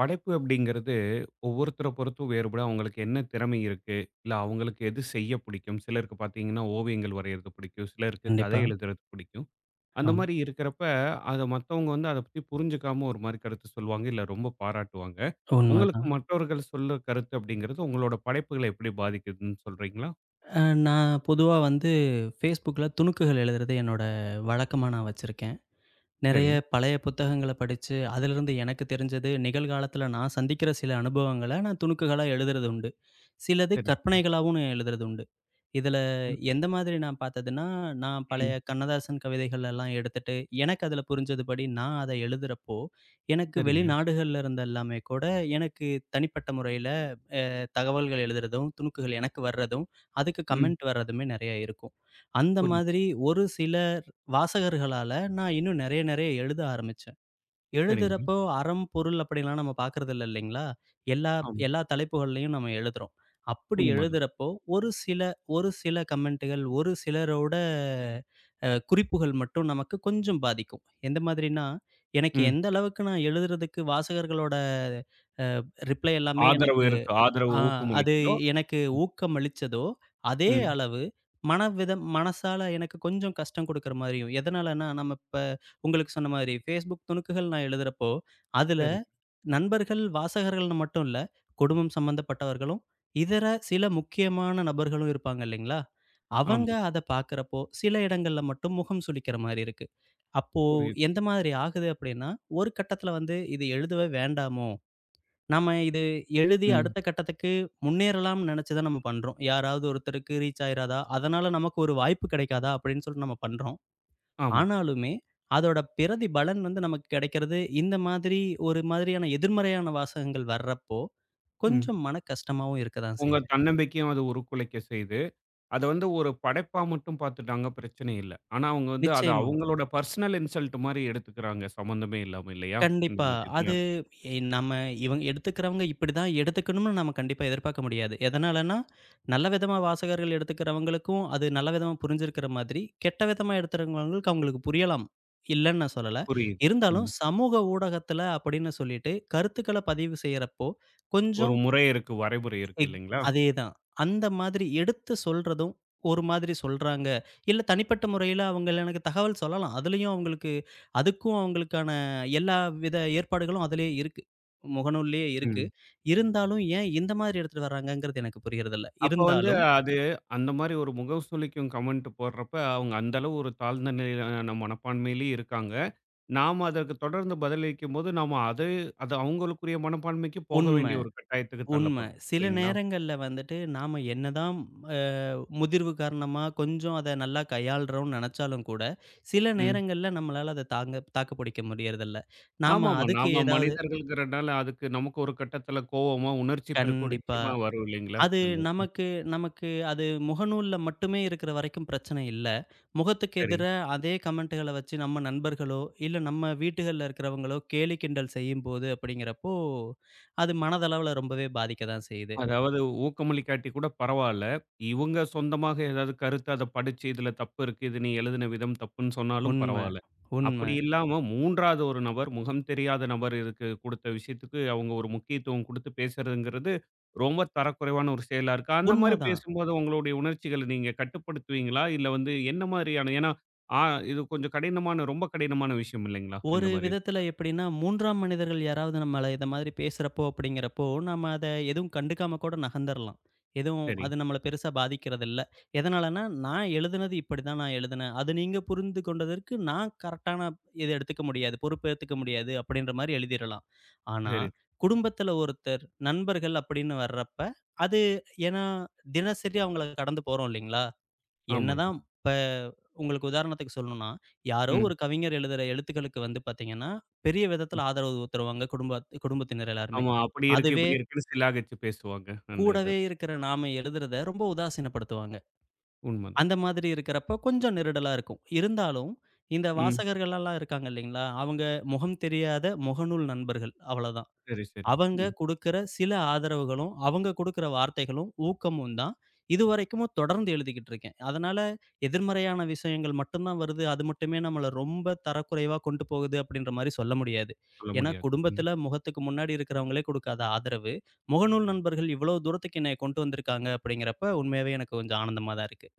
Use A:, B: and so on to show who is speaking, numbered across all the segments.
A: படைப்பு அப்படிங்கிறது ஒவ்வொருத்தர பொறுத்தும் வேறுபட அவங்களுக்கு என்ன திறமை இருக்கு, இல்லை அவங்களுக்கு எது செய்ய பிடிக்கும். சிலருக்கு பார்த்தீங்கன்னா ஓவியங்கள் வரைகிறது பிடிக்கும், சிலருக்கு கதை
B: கண்டிப்பா.
A: எழுதுறது பிடிக்கும். அந்த
B: ஆமா.
A: மாதிரி இருக்கிறப்ப அதை மற்றவங்க வந்து அதை பற்றி புரிஞ்சுக்காம ஒரு மாதிரி கருத்து சொல்லுவாங்க, இல்லை ரொம்ப பாராட்டுவாங்க. உங்களுக்கு
B: உண்மதான்.
A: மற்றவர்கள் சொல்ல கருத்து அப்படிங்கிறது உங்களோட படைப்புகளை எப்படி பாதிக்குதுன்னு சொல்றீங்களா?
B: அ நான் பொதுவா வந்து Facebookல துணுக்குகள் எழுதுறது என்னோட வழக்கமா நான் வச்சிருக்கேன்.
A: சரி.
B: நெறைய பழைய புத்தகங்கள படிச்சு, அதிலிருந்து எனக்கு தெரிஞ்சது, நிகழ்காலத்தில நான் சந்திக்கிற சில அனுபவங்கள நான் துணுக்குகளா எழுதுறது உண்டு. சிலது
A: சரி சரி.
B: கற்பனைகளாவும் எழுதுறது உண்டு. இதுல
A: ம்,
B: எந்த மாதிரி நான் பார்த்ததுன்னா, நான் பழைய
A: ம்,
B: கண்ணதாசன் கவிதைகள் எல்லாம் எடுத்துட்டு, எனக்கு அதுல புரிஞ்சதுபடி நான் அத எழுதுறப்போ, எனக்கு
A: சரிங்க.
B: வெளிநாடுகள்ல இருந்து எல்லாமே கூட எனக்கு தனிப்பட்ட முறையில அ தகவல்கள் எழுதுறதும், துணுக்குகள் எனக்கு வர்றதும், அதுக்கு
A: ம்.
B: கமெண்ட் வர்றதுமே நெறைய இருக்கும். அந்த
A: புரியுது.
B: மாதிரி ஒரு சிலர் வாசகர்களால நான் இன்னும் நெறைய நெறைய எழுத ஆரம்பிச்சேன்.
A: சரிங்க.
B: எழுதுறப்போ அறம், பொருள் அப்படின்லாம் நம்ம பார்க்குறதில்ல இல்லைங்களா? எல்லா
A: ஆமாம்.
B: எல்லா தலைப்புகள்லயும் நம்ம எழுதுறோம். அப்படி
A: உண்மைதான்.
B: எழுதுறப்போ, ஒரு சில ஒரு சில கமெண்ட்டுகள், ஒரு சிலரோட குறிப்புகள் மட்டும் நமக்கு கொஞ்சம் பாதிக்கும். எந்த மாதிரின்னா, எனக்கு
A: ம்.
B: எந்த அளவுக்கு நான் எழுதுறதுக்கு வாசகர்களோட ரிப்ளை எல்லாமே
A: ஆதரவு
B: எனக்கு
A: இருக்கு, ஆதரவு
B: ஆ அது
A: ஊக்கமளிக்குதோ?
B: எனக்கு ஊக்கம் அளிச்சதோ, அதே
A: ம்.
B: அளவு மனவிதம் மனசால எனக்கு கொஞ்சம் கஷ்டம் குடுக்குற மாரியும். எதனாலன்னா, நம்ம இப்ப உங்களுக்கு சொன்ன மாரி Facebook துணுக்குகள் நான் எழுதுறப்போ, அதுல
A: சரி.
B: நண்பர்கள், வாசகர்கள்னு மட்டும் இல்ல, குடும்பம் சம்மந்தப்பட்டவர்களும், இதர சில முக்கியமான நபர்களும் இருப்பாங்க இல்லைங்களா? அவங்க
A: ஆமாங்க.
B: அத பார்க்குறப்போ, சில இடங்கள்ல மட்டும் முகம் சுளிக்கிற மாரி இருக்கு. அப்போ
A: புரியுது.
B: எந்த மாதிரி ஆகுது அப்படின்னா, ஒரு கட்டத்தில வந்து இது எழுதவே வேண்டாமோ! நம்ம இது எழுதி
A: ம்.
B: அடுத்த கட்டத்துக்கு முன்னேறலாம்னு நெனச்சு தான் நம்ம பண்றோம். யாராவது ஒருத்தருக்கு ரீச் ஆயிராதா? அதனால நமக்கு ஒரு வாய்ப்பு கிடைக்காதா? அப்படின்னு சொல்லிட்டு நம்ம பண்றோம்.
A: ஆமா.
B: ஆனாலுமே, அதோட பிரதிபலன் வந்து நமக்கு கிடைக்கிறது, இந்த மாதிரி ஒரு மாதிரியான எதிர்மறையான வாசகங்கள் வர்றப்போ,
A: ம்.
B: கொஞ்சம் மன கஷ்டமாவும் இருக்க தான்
A: உங்க
B: செய்யுது.
A: தன்னம்பிக்கையும் அது உருக்குலைக்க செய்யுது. அத வந்து ஒரு படைப்பா மட்டும் பார்த்துட்டாங்க பிரச்சனை இல்ல. ஆனா அவங்க வந்து அத
B: நிச்சயமா.
A: அவங்களோட பெர்சனல் இன்சல்ட் மாரி எடுத்துக்கிறாங்க, சம்மந்தமே இல்லாம, இல்லையா? இந்த
B: கண்டிப்பா.
A: மாரி
B: அது
A: இதுல.
B: நம்ம இவங்க எடுத்துக்கிறவங்க இப்படிதான் எடுத்துக்கணும்னு நம்ம கண்டிப்பா எதிர்பார்க்க முடியாது. எதனாலன்னா, நல்ல விதமா வாசகர்கள் எடுத்துக்கிறவங்களுக்கும் அது நல்ல விதமா புரிஞ்சிருக்கிற மாதிரி, கெட்ட விதமா எடுத்துக்கிறவங்களுக்கு அவங்களுக்கு புரியலாம். இல்லன்னு நான் சொல்லல.
A: புரியுது.
B: இருந்தாலும்
A: ம்.
B: சமூக ஊடகத்துல அப்படின்னு சொல்லிட்டு கருத்துக்கள பதிவு செய்யறப்போ,
A: ஒரு
B: கொஞ்சம்
A: முறை இருக்கு, வரைமுறை இருக்கு
B: எக்
A: இல்லைங்களா?
B: அதேதான். அந்த மாதிரி எடுத்து சொல்றதும், ஒரு மாதிரி சொல்றாங்க. இல்ல தனிப்பட்ட முறையில அவங்க எனக்கு தகவல் சொல்லலாம். அதுலயும் அவங்களுக்கு அதுக்கும் அவங்களுக்கான எல்லா வித ஏற்பாடுகளும் அதிலயே இருக்கு. முகநூல்லயே இருக்கு.
A: ம்.
B: இருந்தாலும் ஏன் இந்த மாதிரி எடுத்துட்டு வர்றாங்கங்கிறது எனக்கு புரியறதில்ல.
A: அப்ப வந்து
B: இருந்தாலும்
A: அது அந்த மாரி ஒரு முகம் சுளிக்கும் கமெண்ட் போடுறப்ப, அவங்க அந்த அளவு ஒரு தாழ்ந்த நிலையிலான மனப்பான்மையிலேயே இருக்காங்க. நாம அதற்கு தொடர்ந்து பதிலளிக்கும்போது, நாம அது அது அவங்களுக்குரிய மனப்பான்மைக்கு போக
B: உண்ம,
A: வேண்டிய ஒரு கட்டாயத்துக்கு
B: உண்ம.
A: தள்ளப்படுறோம்
B: சில
A: இல்லைங்களா?
B: நேரங்கள்ல வந்துட்டு நாம என்னதான் அ முதிர்வு காரணமா கொஞ்சம் அத நல்லா கையாள்றோம்னு நெனச்சாலும் கூட, சில
A: ம்.
B: நேரங்கள்ல நம்மளால அத தாங்க தாக்கு பிடிக்க முடியறதில்ல. நாம
A: ஆமாமா.
B: அதுக்கு
A: நாம
B: ஏதாவது
A: மனிதர்கள்ங்கிறனால அதுக்கு நமக்கு ஒரு கட்டத்தில கோவமா, உணர்ச்சி பெருக்கம்
B: கண்டிப்பா.
A: நிச்சயமா வரும் இல்லைங்களா?
B: அது
A: அந்த இது.
B: நமக்கு நமக்கு அது முகநூல்ல மட்டுமே இருக்கிற வரைக்கும் பிரச்சனை இல்ல. முகத்துக்கு
A: சரி.
B: எதிர அதே கமெண்ட்டுகள வச்சு நம்ம நண்பர்களோ, இல்ல நம்ம வீட்டுகள்ல இருக்கிறவங்களோ கேலி கிண்டல் செய்யும்போது அப்படிங்கிறப்போ, அது மனதளவுல ரொம்பவே பாதிக்க தான் செய்யுது.
A: அதாவது ஊக்கமளிக்காட்டி கூட பரவால்ல. இவுங்க சொந்தமாக ஏதாவது கருத்து அத படிச்சு, "இதுல தப்பு இருக்கு, இது நீ எழுதின விதம் தப்புன்னு" சொன்னாலும்
B: உண்ம,
A: பரவால்ல.
B: உண்ம,
A: அப்படி இல்லாம 3வது ஒரு நபர், முகம் தெரியாத நபர் இதுக்கு குடுத்த விஷயத்துக்கு அவுங்க ஒரு முக்கியத்துவம் குடுத்து பேசுறதுங்கிறது, ரொம்ப தரக்குறைவான ஒரு செயலா இருக்கு. அந்த மாரி
B: உண்மதான்.
A: பேசும்போது உங்களுடைய உணர்ச்சிகள நீங்க கட்டுப்படுத்துவீங்களா? இல்ல வந்து என்ன மாரியான ஏன்னா, ஆ இது கொஞ்சம் கடினமான ரொம்ப கடினமான விஷயம் இல்லைங்களா?
B: ஒரு
A: இந்த மாரி.
B: விதத்துல எப்படின்னா, 3ஆம் மனிதர்கள் யாராவது நம்மள இத மாதிரி பேசுறப்போ, அப்படிங்கிறப்போ, நம்ம அத எதுவும் கண்டுக்காம கூட நகர்ந்துரலாம். எதுவும்
A: சரி,
B: அது நம்மள பெருசா பாதிக்கிறதில்ல. எதனாலன்னா, நான் எழுதுனது இப்படிதான் நான் எழுதுனேன். அது நீங்க புரிந்து கொண்டதற்கு நான் கரெக்ட்டான இத எடுத்துக்க முடியாது. பொறுப்பேத்துக்க முடியாது அப்படின்ற மாரி எழுதிறலாம். ஆனா,
A: சரி.
B: குடும்பத்துல ஒருத்தர், நண்பர்கள் அப்படின்னு வர்றப்ப, அது ஏன்னா தினசரி அவங்கள கடந்து போறோம் இல்லைங்களா?
A: ஆமாங்க.
B: என்னதான் இப்ப உங்களுக்கு உதாரணத்துக்கு சொல்லணும்னா, யாரோ
A: ம்.
B: ஒரு கவிஞர் எழுதுற எழுத்துக்களுக்கு வந்து பார்த்தீங்கன்னா, பெரிய விதத்தில ஆதரவு தருவாங்க குடும்பத்தினர் எல்லாருமே.
A: ஆமா. அப்படி இருக்கு,
B: அதுவே
A: இப்படி இருக்குன்னு சிலாகிச்சு பேசுவாங்க. அந்த இத.
B: கூடவே இருக்கிற நாம எழுதுறத ரொம்ப உதாசீனப்படுத்துவாங்க.
A: உண்மதான்.
B: அந்த மாதிரி இருக்கிறப்போ கொஞ்சம் நெருடலா இருக்கும். இருந்தாலும் இந்த
A: ம்.
B: வாசகர்கள்லாம் இருக்காங்க இல்லைங்களா? அவங்க முகம் தெரியாத முகநூல் நண்பர்கள் அவ்வளோதான்.
A: சரி, சரி.
B: அவங்க
A: ம்.
B: குடுக்கிற சில ஆதரவுகளும், அவங்க குடுக்கிற வார்த்தைகளும், ஊக்கமும் தான். இதுவரைக்கும் தொடர்ந்து எழுதிக்கிட்டு இருக்கேன். அதனால எதிர்மறையான விஷயங்கள் மட்டும் தான் வருது. அது மட்டுமே நம்மள ரொம்ப தரக்குறைவா கொண்டு போகுது அப்படின்ற மாரி சொல்ல முடியாது.
A: சொல்ல
B: ஏன்னா,
A: முடியாது. ம்.
B: குடும்பத்தில முகத்துக்கு முன்னாடி இருக்கிறவங்களே குடுக்காத ஆதரவு, முகநூல் நண்பர்கள் இவ்வளோ தூரத்துக்கு என்னைய கொண்டு வந்திருக்காங்க அப்படிங்கிறப்ப உண்மையாவே எனக்கு கொஞ்சம் ஆனந்தமா தான் இருக்கு.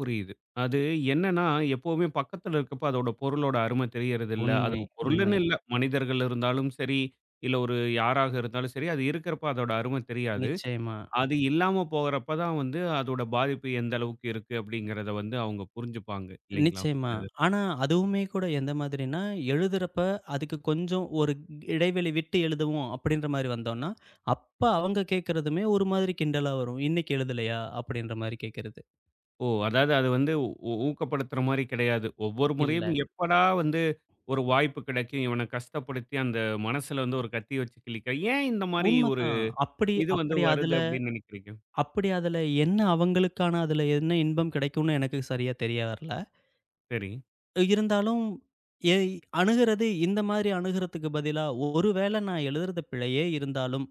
A: புரியுது. அது என்னன்னா, எப்பவுமே பக்கத்துல இருக்கப்ப அதோட பொருளோட அருமை தெரியறதில்ல. அது
B: உண்மை, உண்மை.
A: பொருளுன்னு இல்ல, மனிதர்கள் இருந்தாலும் சரி, இல்ல ஒரு யாராக இருந்தாலும் சரி, அது இருக்கிறப்ப அதோட அருமை தெரியாது.
B: நிச்சயமா.
A: அது இல்லாம போகறப்ப தான் வந்து அதோட பாதிப்பு எந்த அளவுக்கு இருக்கு அப்படிங்கிறத வந்து அவங்க புரிஞ்சுப்பாங்க, இல்லைங்களா?
B: நிச்சயமா. ஆனா, அதுவுமே கூட எந்த மாதிரின்னா, எழுதுறப்ப அதுக்கு கொஞ்சம் ஒரு இடைவெளி விட்டு எழுதுவோம் அப்படின்ற மாரி வந்தோம்னா, அப்ப அவங்க கேட்கறதுமே ஒரு மாதிரி கிண்டலா வரும். "இன்னைக்கு எழுதலையா?" அப்படின்ற மாரி கேட்கறது.
A: ஓ! அதாவது அது வந்து ஊக்கப்படுத்துற மாரி கிடையாது. ஒவ்வொரு முறையும்
B: இல்ல.
A: எப்படா வந்து ஒரு வாய்ப்பு கிடைக்கும், இவன கஷ்டப்படுத்தி அந்த மனசுல வந்து ஒரு கத்தி வச்சு கிழிக்க ஏன் இந்த மாரி ஒரு
B: உண்மதான். அப்படி
A: இது வந்து
B: அப்படி
A: வருது
B: அதுல
A: அப்படின்னு நினைக்கிறீங்க?
B: அப்படி அதுல என்ன அவங்களுக்கான அதுல என்ன இன்பம் கிடைக்கும்னு எனக்கு சரியா தெரிய வரல.
A: சரி.
B: இருந்தாலும், எ அணுகுறது இந்த மாதிரி அணுகுறதுக்கு பதிலா, ஒருவேள நான் எழுதுறது பிழையே இருந்தாலும்,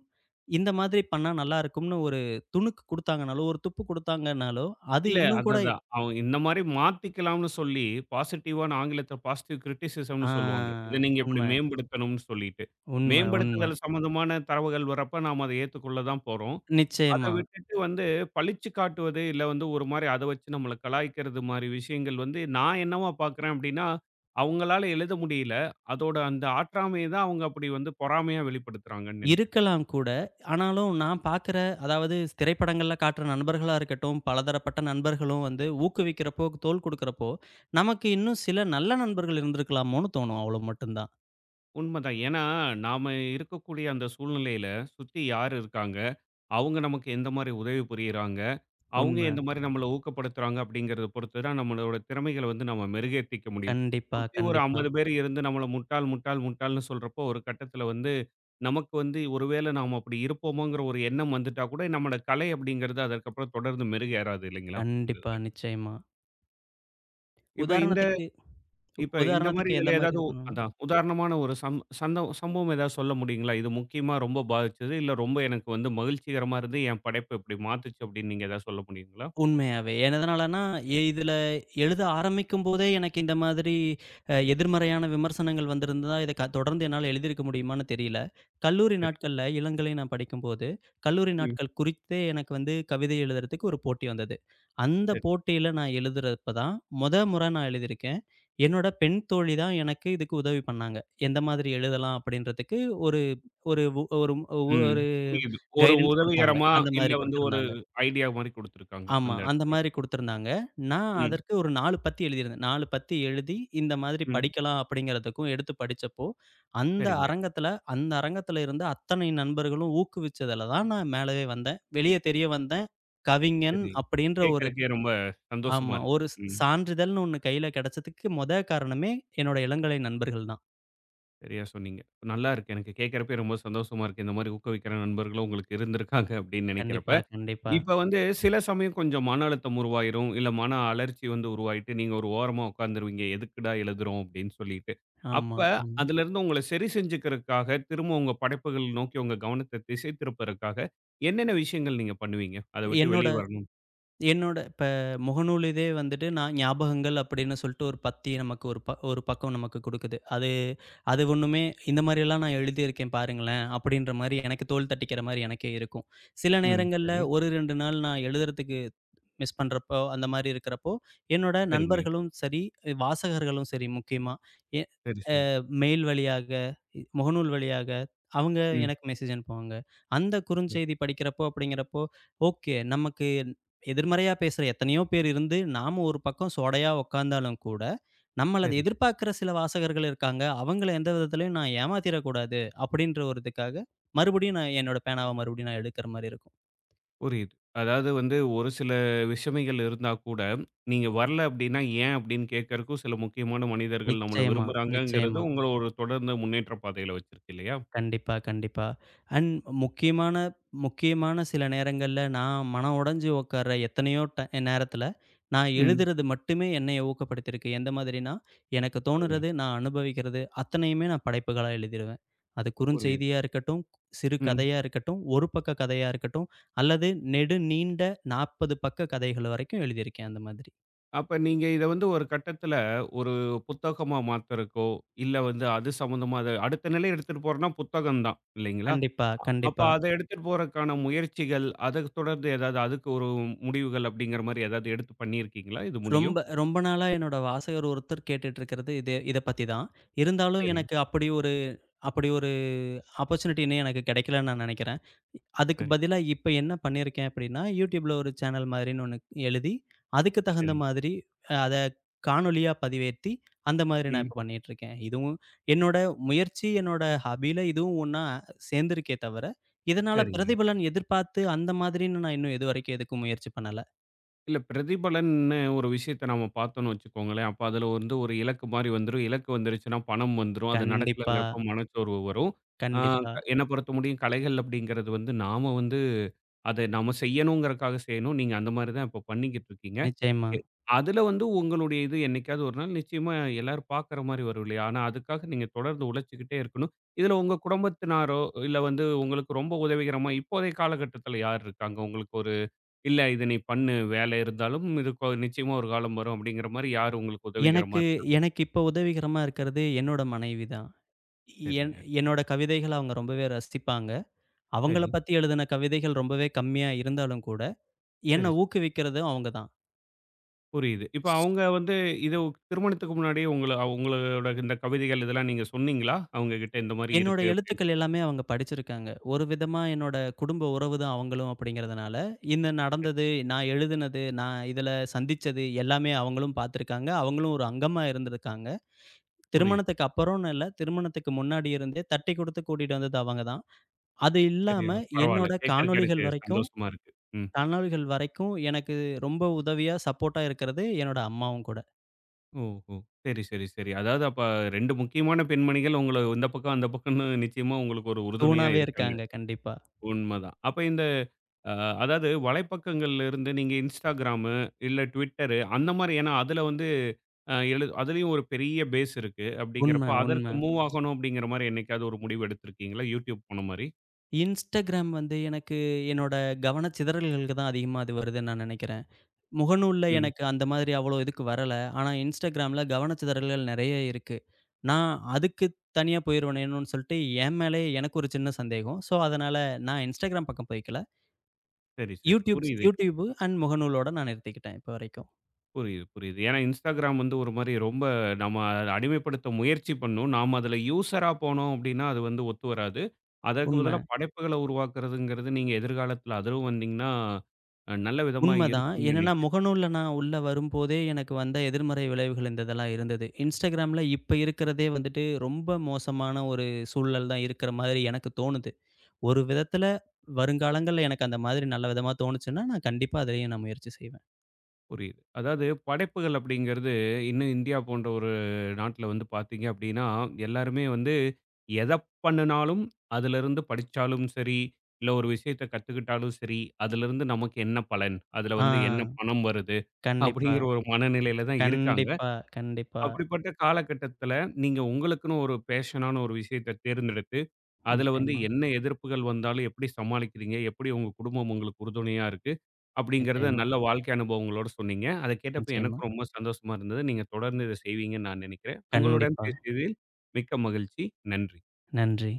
B: இந்த மாதிரி பண்ணா நல்லா இருக்கும்னு ஒரு துணுக்கு குடுத்தாங்கனாலோ, ஒரு துப்பு குடுத்தாங்கனாலோ, அது
A: இல்ல
B: இன்னும்
A: அதான்,
B: கூட
A: அதான். அவன் இந்த மாரி மாத்திக்கலாம்னு சொல்லி பாசிட்டிவான, ஆங்கிலத்துல பாசிட்டிவ் கிரிட்டிசிசம்னு
B: ஆ
A: சொல்லுவாங்க. இத நீங்க இப்படி
B: உண்ம,
A: மேம்படுத்தணும்னு சொல்லிட்டு.
B: உண்ம, உண்ம.
A: மேம்படுத்துதல் சம்மந்தமான தரவுகள் வரப்ப நாம அத ஏத்துக்கொள்ள தான் போறோம். அத
B: நிச்சயமா.
A: விட்டுட்டு வந்து பழிச்சு காட்டுவது, இல்ல வந்து ஒரு மாரி அத வச்சு நம்மள கலாய்க்கிறது மாரி விஷயங்கள் வந்து, நான் என்னவா பார்க்குறேன் அப்டின்னா, அவங்களால எழுத முடியல. அதோட அந்த ஆற்றாமைய தான் அவங்க அப்படி வந்து பொறாமையா வெளிப்படுத்துறாங்கன்னு நெனைக்கிறேன்.
B: இருக்கலாம் கூட. ஆனாலும் நான் பார்க்குற அதாவது திரைப்படங்கள்ல காட்டுற நண்பர்களா இருக்கட்டும், பலதரப்பட்ட நண்பர்களும் வந்து ஊக்குவிக்கிறப்போ, தோள் குடுக்குறப்போ, நமக்கு இன்னும் சில நல்ல நண்பர்கள் இருந்திருக்கலாமோன்னு தோணும். அவ்வளோ மட்டும் தான்.
A: உண்மதான். ஏன்னா, நாம இருக்கக்கூடிய அந்த சூழ்நிலையில சுத்தி யார் இருக்காங்க? அவங்க நமக்கு எந்த மாரி உதவி புரியிறாங்க? அவங்க
B: உண்ம.
A: எந்த மாரி நம்மள ஊக்கப்படுத்துறாங்க? அப்படிங்கிறத பொறுத்து தான் நம்மளோட திறமைகள வந்து நம்ம மெருகேத்திக்க முடியும்.
B: கண்டிப்பா,
A: சுத்தி ஒரு
B: கண்டிப்பா.
A: 50 பேர் இருந்து நம்மள முட்டாள், முட்டாள், முட்டாள்ன்னு சொல்றப்போ, ஒரு கட்டத்தில வந்து நமக்கு வந்து ஒருவேளை நாம் அப்படி இருப்போமோங்கிற ஒரு எண்ணம் வந்துட்டா கூட நம்மோட கலை அப்படிங்கிறது அதற்கப்புறம் தொடர்ந்து மெருகேறாது இல்லைங்களா? இந்த
B: கண்டிப்பா,
A: இதுல.
B: நிச்சயமா.
A: இப்ப இந்த
B: உதாரணத்துக்கு
A: இப்ப இந்த மாரி
B: உதாரணத்துக்கு
A: இதுல
B: எந்த மாரி
A: ஏதாவது ஒ-
B: இருக்கணும்னா
A: அதான் உதாரணமான ஒரு சம்பவம் ஏதாவது சொல்ல முடியுங்களா? இது முக்கியமா ரொம்ப பாதிச்சது, இல்ல ரொம்ப எனக்கு வந்து மகிழ்ச்சிகரமா இருந்து என் படைப்ப இப்படி மாத்துச்சு அப்படின்னு நீங்க ஏதாவது சொல்ல முடியுங்களா?
B: உண்மையாவே. எதனாலன்னா, இதுல எழுத ஆரம்பிக்கும்போதே எனக்கு இந்த மாதிரி எதிர்மறையான விமர்சனங்கள் வந்திருந்தா, இத தொடர்ந்து என்னால எழுதியிருக்க முடியுமான்னு தெரியல. கல்லூரி
A: சரி.
B: நாட்கள்ல இளங்கலை நான் படிக்கும்போது, கல்லூரி
A: ம்.
B: நாட்கள் குறித்தே எனக்கு வந்து கவிதை எழுதுறதுக்கு ஒரு போட்டி வந்தது. அந்த
A: சரி.
B: போட்டியில நான் எழுதுறப்ப தான், மொத முறை நான் எழுதியிருக்கேன். என்னோட பெண் தோழி தான் எனக்கு இதுக்கு உதவி பண்ணாங்க. எந்த மாதிரி எழுதலாம் அப்படின்றதுக்கு ஒரு உ ஒரு ம்-
A: ம்.
B: ஒரு
A: புரியுது. ஒரு
B: கைடன்ஸ் குடுத்தாங்க.
A: உதவிகரமா
B: அந்த
A: இல்ல
B: மாரி
A: வந்து ஒரு
B: குடுத்திருந்தாங்க.
A: ஐடியா மாரி குடுத்துருக்காங்க
B: ஆமா.
A: அந்த
B: அந்த
A: இடத்துல.
B: மாரி குடுத்திருந்தாங்க. நான்
A: ம்.
B: அதற்கு ஒரு 4 பத்தி எழுதியிருந்தேன். 4 பத்தி எழுதி இந்த மாதிரி
A: ம்.
B: படிக்கலாம் அப்படிங்கிறதுக்கும் எடுத்து படிச்சப்போ, அந்த
A: சரிங்க.
B: அரங்கத்துல அந்த அரங்கத்துல இருந்த அத்தனை நண்பர்களும் ஊக்குவிச்சதுல தான் நான் மேலவே வந்தேன். வெளிய தெரிய வந்தேன். கவிஞன்
A: சரி.
B: அப்படின்ற ஒரு
A: கேட்கறக்கே ரொம்ப சந்தோஷமா
B: ஆமா.
A: இருக்கு.
B: ஒரு
A: ம்.
B: சான்றிதழ்னு ஒண்ணு கையில கிடைச்சதுக்கு மொத காரணமே என்னோட இளங்கலை நண்பர்கள் தான்.
A: சரியா சொன்னீங்க. நல்லா இருக்கு. எனக்கு கேட்கிறப்பயே ரொம்ப சந்தோஷமா இருக்கு. இந்த மாரி ஊக்குவிக்கிற நண்பர்களும் உங்களுக்கு இருந்திருக்காங்க அப்படின்னு நெனைக்கிறப்ப.
B: கண்டிப்பா, கண்டிப்பா.
A: இப்ப வந்து சில சமயம் கொஞ்சம் மன அழுத்தம் உருவாயிரும். இல்ல மன அலர்ச்சி வந்து உருவாயிட்டு நீங்க ஒரு ஓரமா உட்கார்ந்துருவீங்க. எதுக்குடா எழுதுறோம் அப்படின்னு சொல்லிட்டு. அப்ப
B: ஆமா, ஆமா.
A: அதிலிருந்து உங்கள சரி செஞ்சுக்கிறதுக்காக திரும்ப உங்க படைப்புகள் நோக்கி உங்க கவனத்த திசை திருப்பதற்காக என்னென்ன விஷயங்கள் நீங்க பண்ணுவீங்க? அத விட்டு
B: என்னோட
A: வெளிய வரணும்.
B: என்னோட இப்ப முகநூல் இதே வந்துட்டு நான் ஞாபகங்கள் அப்படின்னு சொல்லிட்டு ஒரு பத்தி நமக்கு ஒரு பக்கம் நமக்கு குடுக்குது. அது அது ஒண்ணுமே இந்த மாரியெல்லாம் நான் எழுதியிருக்கேன் பாருங்களேன், அப்படின்ற மாரி எனக்கு தோள் தட்டிக்கிற மாரி எனக்கே இருக்கும். சில
A: ம்.
B: நேரங்கள்ல
A: சரி.
B: 1, 2 நாள் நான் எழுதுறதுக்கு மிஸ் பண்றப்போ, அந்த மாரி இருக்கிறப்போ, என்னோட
A: சரிங்க.
B: நண்பர்களும் சரி, வாசகர்களும் சரி முக்கியமா, எ
A: சரி, சரி.
B: மெயில் வழியாக, முகநூல் வழியாக அவங்க
A: ம்.
B: எனக்கு மெசேஜ் அனுப்புவாங்க. அந்த
A: ம்.
B: குறுஞ்செய்தி படிக்கிறப்போ அப்படிங்கிறப்போ, ஓகே நமக்கு எதிர்மறையா பேசுற எத்தனையோ பேர் இருந்து, நாம ஒரு பக்கம் சோடையா உட்கார்ந்தாலும் கூட, நம்மள அத
A: சரி.
B: எதிர்பார்க்கிற சில வாசகர்கள் இருக்காங்க. அவங்கள எந்த விதத்திலயும் நான் ஏமாத்திறக்கூடாது அப்படின்ற ஒரு இதுக்காக, மறுபடியும் நான் என்னோட பேனாவ மறுபடியும் நான் எடுக்கிற மாரி இருக்கும்.
A: புரியுது. அதாவது வந்து ஒரு சில விஷமைகள் இருந்தா கூட, நீங்க வரல அப்டின்னா ஏன் அப்டின்னு கேட்கறக்கும் சில முக்கியமான மனிதர்கள் நம்மள
B: நிச்சயமா,
A: விரும்புறாங்கங்கிறது
B: நிச்சயமா.
A: உங்கள ஒரு தொடர்ந்த முன்னேற்ற பாதையில வச்சிருக்கு இல்லையா?
B: கண்டிப்பா, கண்டிப்பா. அண்ட் முக்கியமான முக்கியமான சில நேரங்கள்ல நான் மனம் உடைஞ்சு உட்கார்ற எத்தனையோ நேரத்துல, நான்
A: ம்.
B: எழுதுறது மட்டுமே என்னைய ஊக்கப்படுத்தியிருக்கு. எந்த மாதிரின்னா, எனக்கு
A: சொல்லுங்க.
B: தோணுறது, நான் அனுபவிக்கிறது அத்தனையுமே நான் படைப்புகளா எழுதிருவேன். அது
A: புரியுது.
B: குறுஞ்செய்தியா இருக்கட்டும், சிறு
A: ம்.
B: கதையா இருக்கட்டும், ஒரு பக்க கதையா இருக்கட்டும், அல்லது நெடு நீண்ட 40 பக்க கதைகள் வரைக்கும் எழுதியிருக்கேன் அந்த மாதிரி.
A: அப்ப நீங்க இத வந்து ஒரு கட்டத்துல ஒரு புத்தகமா மாத்துறக்கோ, இல்ல வந்து அது சம்மந்தமா அத அடுத்த நிலை எடுத்துட்டு போறோம்னா புத்தகம் தான் இல்லைங்களா?
B: கண்டிப்பா,
A: அ அப்ப
B: கண்டிப்பா.
A: அத எடுத்துட்டு போறக்கான முயற்சிகள், அத தொடர்ந்து ஏதாவது அதுக்கு ஒரு முடிவுகள் அப்டிங்கிற மாரி ஏதாவது எடுத்து பண்ணியிருக்கீங்களா? இது முடியும்.
B: ரொம்ப ரொம்ப நாளா என்னோட வாசகர் ஒருத்தர் கேட்டுட்டு இருக்கிறது இது இத பத்தி தான். இருந்தாலும்
A: சரி,
B: எனக்கு அப்படி ஒரு ஆப்பர்ச்சுனிட்டி இன்னும் எனக்கு கிடைக்கலன்னு நான் நினைக்கிறேன். அதுக்கு
A: சரி,
B: பதிலா இப்ப என்ன பண்ணியிருக்கேன் அப்படின்னா, YouTubeல ஒரு சேனல் மாதிரின்னு ஒண்ணு எழுதி, அதுக்கு தகுந்த
A: சரி.
B: மாதிரி அத காணொளியா பதிவேத்தி, அந்த மாதிரி நான்
A: ம்.
B: இப்ப பண்ணிட்டுருக்கேன். இதுவும் என்னோட முயற்சி, என்னோட ஹாபில இதுவும் ஒண்ணா சேர்ந்திருக்கே தவிர, இதனால
A: சரிங்க.
B: பிரதிபலன் எதிர்பார்த்து அந்த மாதிரின்னு நான் இன்னும் இதுவரைக்கும் எதுக்கும் முயற்சி பண்ணல.
A: இல்ல பிரதிபலன்னு ஒரு விஷயத்த நம்ம பார்த்தோம்னு வச்சுக்கோங்களேன், அப்ப அதுல வந்து ஒரு இலக்கு மாரி வந்துரும். இலக்கு வந்துருச்சுன்னா பணம் வந்துரும். அது
B: கண்டிப்பா,
A: நடக்கலங்கிறப்ப மனச்சோர்வு வரும். ஆ
B: கண்டிப்பா.
A: என்ன பொறுத்த முடியும், கலைகள் அப்படிங்கிறது வந்து நாம வந்து அத நாம செய்யணுங்கிறக்காக செய்யணும். நீங்க அந்த மாரி தான் இப்ப பண்ணிக்கிட்டு இருக்கீங்க.
B: நிச்சயமா.
A: எ அதுல வந்து உங்களுடைய இது என்னைக்காவது ஒரு நாள் நிச்சயமா எல்லாரும் பார்க்குற மாரி வரும் இல்லையா? ஆனா அதுக்காக நீங்க தொடர்ந்து உழைச்சுக்கிட்டே இருக்கணும். இதுல உங்க குடும்பத்தினாரோ, இல்ல வந்து உங்களுக்கு ரொம்ப உதவிகரமா இப்போதைய காலகட்டத்துல யார் இருக்காங்க? உங்களுக்கு ஒரு இல்ல இத நீ பண்ணு, வேலை இருந்தாலும் இதுக்கு நிச்சயமா ஒரு காலம் வரும் அப்படிங்கிற மாரி யார் உங்களுக்கு உதவிகரமா
B: எனக்கு
A: இருக்கா?
B: எனக்கு இப்ப உதவிகரமா இருக்கிறது என்னோட மனைவி தான். என்
A: சரிங்க.
B: என்னோட கவிதைகள அவங்க ரொம்பவே ரசிப்பாங்க. அவங்கள
A: சரி,
B: பத்தி எழுதின கவிதைகள் ரொம்பவே கம்மியா இருந்தாலும் கூட, என்ன
A: சரி.
B: ஊக்குவிக்கிறதும் அவங்க தான்.
A: புரியுது. இப்ப
B: ஸ்-
A: அவங்க வந்து இது திருமணத்துக்கு முன்னாடியே உங்களோட இந்த கவிதைகள் இதெல்லாம் நீங்க சொன்னீங்களா? அவங்க கிட்ட இந்த மாரி
B: என்னோட
A: இருக்கு அப்படின்னு
B: எழுத்துக்கள்
A: சொல்லி.
B: எல்லாமே அவங்க படிச்சிருக்காங்க. ஒரு விதமா என்னோட குடும்ப உறவு தான் அவங்களும் அப்படிங்கிறதுனால, இந்த நடந்தது, நான் எழுதினது, நான் இதில சந்திச்சது எல்லாமே அவங்களும் பார்த்துருக்காங்க. அவங்களும் ஒரு அங்கமா இருந்திருக்காங்க.
A: புரியுது.
B: திருமணத்துக்கு அப்புறம்னு இல்ல, திருமணத்துக்கு முன்னாடி இருந்தே தட்டிக் குடுத்து கூட்டிட்டு வந்தது அவங்க தான். அது
A: சரியா
B: இல்லாம
A: பரவால்ல.
B: என்னோட
A: கேட்கறக்கு எனக்கு
B: காணொளிகள் வரைக்கும்
A: சந்தோஷமா இருக்கு. ம்.
B: கனவுகள் வரைக்கும் எனக்கு ரொம்ப உதவியா, சப்போர்ட்டா இருக்கிறது என்னோட அம்மாவும் கூட.
A: ஓஹோ! சரி, சரி, சரி. அதாவது அப்ப 2 முக்கியமான பெண்மணிகள் உங்கள இந்த பக்கம், அந்த பக்கம்னு நிச்சயமா உங்களுக்கு ஒரு உறுதுணையா
B: தூணாவே
A: இருக்காங்க.
B: இருக்காங்க கண்டிப்பா.
A: உண்மதான். அப்ப இந்த அ அதாவது வலைப்பக்கங்கள்ல இருந்து நீங்க Instagram, இல்ல Twitter அந்த மாரி ஏன்னா அதுல வந்து அ எழு அதுலயும் ஒரு பெரிய பேஸ் இருக்கு. அப்படிங்கிறப்ப
B: உண்ம,
A: ஆமா. அதற்கு
B: உண்ம.
A: மூவ் ஆகணும் அப்படிங்கிற மாரி என்னைக்காவது ஒரு முடிவு எடுத்திருக்கீங்களா? YouTube போன மாரி?
B: Instagram வந்து எனக்கு என்னோட கவனச்சிதறல்களுக்கு தான் அதிகமா அது வருதுன்னு நான் நெனைக்கிறேன். முகநூல்ல
A: ம்.
B: எனக்கு அந்த மாதிரி அவ்வளோ இதுக்கு வரல. ஆனா Instagramல கவனச்சிதறல்கள் நெறைய இருக்கு. நான் அதுக்கு தனியா போயிருவேனேன்னு சொல்லிட்டு என் மேலயே எனக்கு ஒரு சின்ன சந்தேகம். ஸோ, அதனால நான் Instagram பக்கம் போய்க்கல.
A: சரி, சரி.
B: Youtube
A: புரியுது,
B: Youtube அண்ட் முகநூலோட நான் நிறுத்திக்கிட்டேன் இப்ப வரைக்கும்.
A: புரியுது, புரியுது. ஏன்னா Instagram வந்து ஒரு மாரி ரொம்ப நம்ம அதை அடிமைப்படுத்த முயற்சி பண்ணும். நாம அதுல யூசரா போனோம் அப்படின்னா அது வந்து ஒத்து வராது. அதற்கு
B: உண்ம.
A: பதிலா படைப்புகள உருவாக்குறதுங்கிறது நீங்க எதிர்காலத்துல அதுவும் வந்தீங்கன்னா, நல்ல விதமா
B: உண்மதான்.
A: இருக்கும்னு
B: என்னன்னா,
A: நெனைக்கிறேன்.
B: முகநூல்ல நான் உள்ள வரும்போதே எனக்கு வந்த எதிர்மறை விளைவுகள் இந்த இதெல்லாம் இருந்தது. Instagramல இப்ப இருக்கிறதே வந்துட்டு ரொம்ப மோசமான ஒரு சூழல் தான் இருக்கிற மாதிரி எனக்கு தோணுது. ஒரு விதத்துல வருங்காலங்கள்ல எனக்கு அந்த மாதிரி நல்ல விதமா தோணுச்சுன்னா, நான் கண்டிப்பா அதிலயும் நான் முயற்சி செய்வேன்.
A: புரியுது. அதாவது படைப்புகள் அப்படிங்கிறது, இன்னும் இந்தியா போன்ற ஒரு நாட்டுல வந்து பாத்தீங்க அப்படின்னா, எல்லாருமே வந்து எத பண்ணுனாலும், அதிலிருந்து படிச்சாலும் சரி, இல்ல ஒரு விஷயத்த கத்துக்கிட்டாலும் சரி, அதிலிருந்து நமக்கு என்ன பலன்? அதுல
B: ஆ
A: வந்து என்ன பணம் வருது?
B: கண்டிப்பா,
A: அப்படிங்கிற ஒரு மனநிலையில தான் இருக்காங்க.
B: கண்டிப்பா, கண்டிப்பா.
A: அப்படிப்பட்ட காலகட்டத்துல, நீங்க உங்களுக்குன்னு ஒரு பேஷனான ஒரு விஷயத்த தேர்ந்தெடுத்து அதுல வந்து
B: நிச்சயமா,
A: என்ன எதிர்ப்புகள் வந்தாலும் எப்படி சமாளிக்கிறீங்க? எப்படி உங்க குடும்பம் உங்களுக்கு உறுதுணையா இருக்கு? அப்படிங்கிறத
B: நிச்சயமா,
A: நல்ல வாழ்க்கை அனுபவங்களோட சொன்னீங்க. அத கேட்டப்ப எனக்கு
B: நிச்சயமா.
A: ரொம்ப சந்தோஷமா இருந்தது. நீங்க தொடர்ந்து இத செய்வீங்கன்னு நான் நெனைக்கிறேன். உங்களுடன்
B: கண்டிப்பா.
A: பேசியதில் மிக்க மகிழ்ச்சி. நன்றி.
B: நன்றி.